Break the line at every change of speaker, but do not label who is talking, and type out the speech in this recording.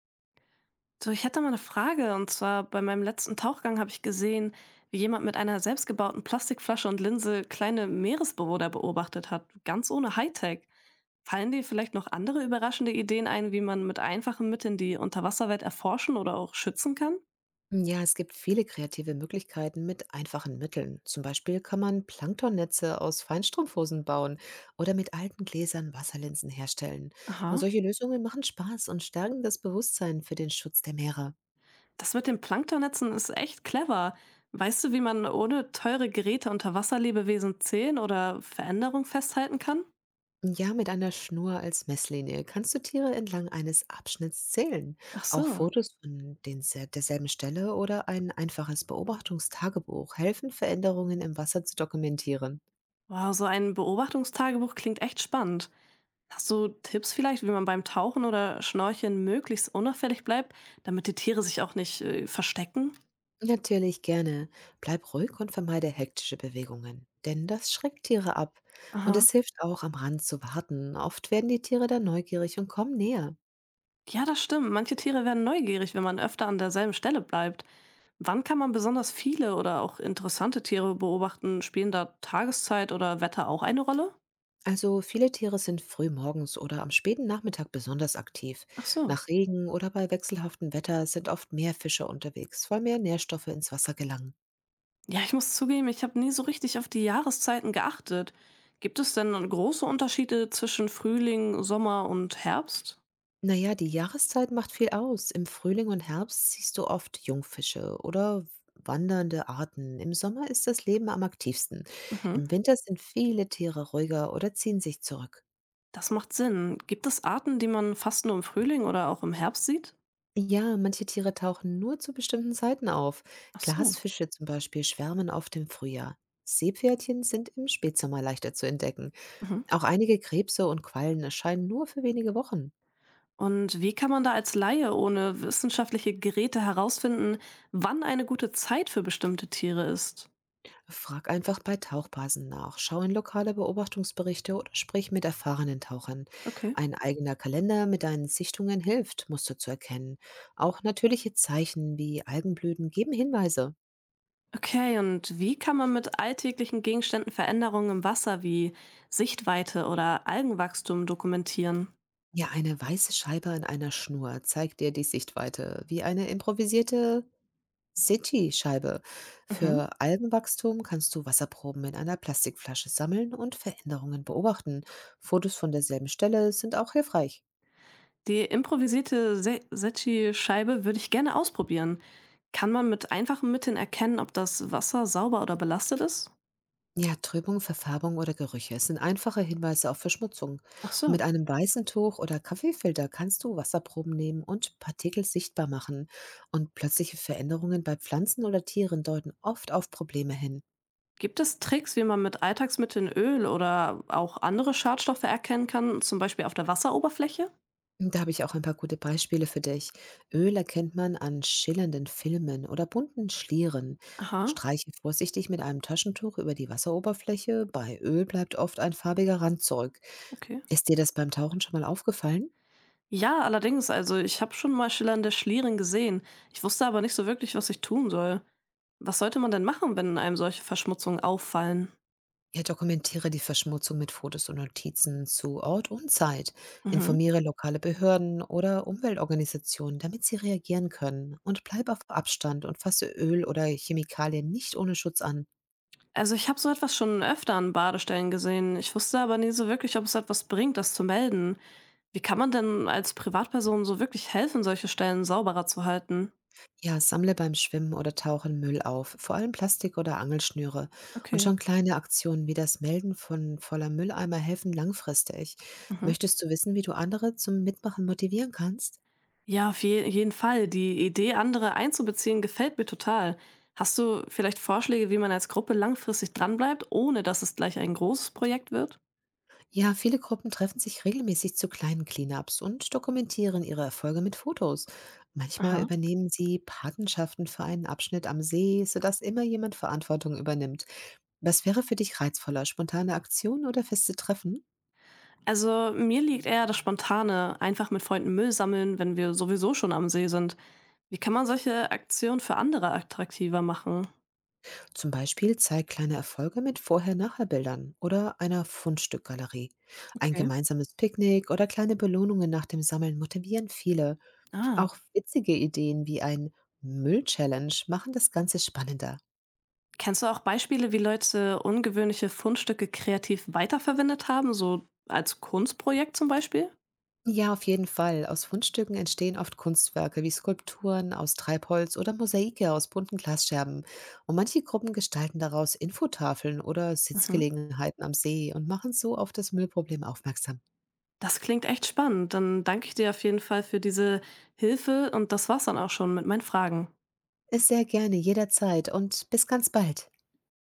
So, ich hätte mal eine Frage. Und zwar bei meinem letzten Tauchgang habe ich gesehen, wie jemand mit einer selbstgebauten Plastikflasche und Linse kleine Meeresbewohner beobachtet hat, ganz ohne Hightech. Fallen dir vielleicht noch andere überraschende Ideen ein, wie man mit einfachen Mitteln die Unterwasserwelt erforschen oder auch schützen kann?
Ja, es gibt viele kreative Möglichkeiten mit einfachen Mitteln. Zum Beispiel kann man Planktonnetze aus Feinstrumpfhosen bauen oder mit alten Gläsern Wasserlinsen herstellen. Und
Aha.
solche Lösungen machen Spaß und stärken das Bewusstsein für den Schutz der Meere.
Das mit den Planktonnetzen ist echt clever. Weißt du, wie man ohne teure Geräte Unterwasserlebewesen zählen oder Veränderungen festhalten kann?
Ja, mit einer Schnur als Messlinie kannst du Tiere entlang eines Abschnitts zählen.
Ach
Auch
so.
Fotos derselben Stelle oder ein einfaches Beobachtungstagebuch helfen, Veränderungen im Wasser zu dokumentieren.
Wow, so ein Beobachtungstagebuch klingt echt spannend. Hast du Tipps vielleicht, wie man beim Tauchen oder Schnorcheln möglichst unauffällig bleibt, damit die Tiere sich auch nicht verstecken?
Natürlich gerne. Bleib ruhig und vermeide hektische Bewegungen, denn das schreckt Tiere ab. Und
Aha.
es hilft auch, am Rand zu warten. Oft werden die Tiere dann neugierig und kommen näher.
Ja, das stimmt. Manche Tiere werden neugierig, wenn man öfter an derselben Stelle bleibt. Wann kann man besonders viele oder auch interessante Tiere beobachten? Spielen da Tageszeit oder Wetter auch eine Rolle?
Also viele Tiere sind früh morgens oder am späten Nachmittag besonders aktiv.
Ach so.
Nach Regen oder bei wechselhaftem Wetter sind oft mehr Fische unterwegs, weil mehr Nährstoffe ins Wasser gelangen.
Ja, ich muss zugeben, ich habe nie so richtig auf die Jahreszeiten geachtet. Gibt es denn große Unterschiede zwischen Frühling, Sommer und Herbst?
Na ja, die Jahreszeit macht viel aus. Im Frühling und Herbst siehst du oft Jungfische oder wandernde Arten. Im Sommer ist das Leben am aktivsten.
Mhm.
Im Winter sind viele Tiere ruhiger oder ziehen sich zurück.
Das macht Sinn. Gibt es Arten, die man fast nur im Frühling oder auch im Herbst sieht?
Ja, manche Tiere tauchen nur zu bestimmten Zeiten auf.
Ach so.
Glasfische zum Beispiel schwärmen oft im Frühjahr. Seepferdchen sind im Spätsommer leichter zu entdecken.
Mhm.
Auch einige Krebse und Quallen erscheinen nur für wenige Wochen.
Und wie kann man da als Laie ohne wissenschaftliche Geräte herausfinden, wann eine gute Zeit für bestimmte Tiere ist?
Frag einfach bei Tauchbasen nach, schau in lokale Beobachtungsberichte oder sprich mit erfahrenen Tauchern.
Okay.
Ein eigener Kalender mit deinen Sichtungen hilft, Muster zu erkennen. Auch natürliche Zeichen wie Algenblüten geben Hinweise.
Okay, und wie kann man mit alltäglichen Gegenständen Veränderungen im Wasser wie Sichtweite oder Algenwachstum dokumentieren?
Ja, eine weiße Scheibe an einer Schnur zeigt dir die Sichtweite, wie eine improvisierte City-Scheibe.
Mhm.
Für Algenwachstum kannst du Wasserproben in einer Plastikflasche sammeln und Veränderungen beobachten. Fotos von derselben Stelle sind auch hilfreich.
Die improvisierte Se Secchi-Scheibe würde ich gerne ausprobieren. Kann man mit einfachen Mitteln erkennen, ob das Wasser sauber oder belastet ist?
Ja, Trübung, Verfärbung oder Gerüche. Es sind einfache Hinweise auf Verschmutzung.
Ach
Und mit
so.
einem weißen Tuch oder Kaffeefilter kannst du Wasserproben nehmen und Partikel sichtbar machen. Und plötzliche Veränderungen bei Pflanzen oder Tieren deuten oft auf Probleme hin.
Gibt es Tricks, wie man mit Alltagsmitteln Öl oder auch andere Schadstoffe erkennen kann, zum Beispiel auf der Wasseroberfläche?
Da habe ich auch ein paar gute Beispiele für dich. Öl erkennt man an schillernden Filmen oder bunten Schlieren.
Aha,
Streiche vorsichtig mit einem Taschentuch über die Wasseroberfläche. Bei Öl bleibt oft ein farbiger Rand zurück.
okay.
Ist dir das beim Tauchen schon mal aufgefallen?
Ja, allerdings, also ich habe schon mal schillernde Schlieren gesehen. Ich wusste aber nicht so wirklich, was ich tun soll. Was sollte man denn machen, wenn einem solche Verschmutzungen auffallen?
Ja, dokumentiere die Verschmutzung mit Fotos und Notizen zu Ort und Zeit.
Mhm.
Informiere lokale Behörden oder Umweltorganisationen, damit sie reagieren können. Und bleib auf Abstand und fasse Öl oder Chemikalien nicht ohne Schutz an.
Also ich habe so etwas schon öfter an Badestellen gesehen. Ich wusste aber nie so wirklich, ob es etwas bringt, das zu melden. Wie kann man denn als Privatperson so wirklich helfen, solche Stellen sauberer zu halten?
Ja, sammle beim Schwimmen oder Tauchen Müll auf, vor allem Plastik oder Angelschnüre. Und
Okay.
schon kleine Aktionen wie das Melden von voller Mülleimer helfen langfristig.
Mhm.
Möchtest du wissen, wie du andere zum Mitmachen motivieren kannst?
Ja, auf je jeden Fall. Die Idee, andere einzubeziehen, gefällt mir total. Hast du vielleicht Vorschläge, wie man als Gruppe langfristig dranbleibt, ohne dass es gleich ein großes Projekt wird?
Ja, viele Gruppen treffen sich regelmäßig zu kleinen Cleanups und dokumentieren ihre Erfolge mit Fotos. Manchmal
Aha.
übernehmen sie Patenschaften für einen Abschnitt am See, sodass immer jemand Verantwortung übernimmt. Was wäre für dich reizvoller, spontane Aktionen oder feste Treffen?
Also, mir liegt eher das Spontane, einfach mit Freunden Müll sammeln, wenn wir sowieso schon am See sind. Wie kann man solche Aktionen für andere attraktiver machen?
Zum Beispiel zeig kleine Erfolge mit Vorher-Nachher-Bildern oder einer Fundstückgalerie. Ein
Okay.
gemeinsames Picknick oder kleine Belohnungen nach dem Sammeln motivieren viele.
Ah.
Auch witzige Ideen wie ein Müll-Challenge machen das Ganze spannender.
Kennst du auch Beispiele, wie Leute ungewöhnliche Fundstücke kreativ weiterverwendet haben, so als Kunstprojekt zum Beispiel?
Ja, auf jeden Fall. Aus Fundstücken entstehen oft Kunstwerke wie Skulpturen aus Treibholz oder Mosaike aus bunten Glasscherben. Und manche Gruppen gestalten daraus Infotafeln oder
Mhm.
Sitzgelegenheiten am See und machen so auf das Müllproblem aufmerksam.
Das klingt echt spannend. Dann danke ich dir auf jeden Fall für diese Hilfe und das war's dann auch schon mit meinen Fragen.
Sehr gerne, jederzeit und bis ganz bald.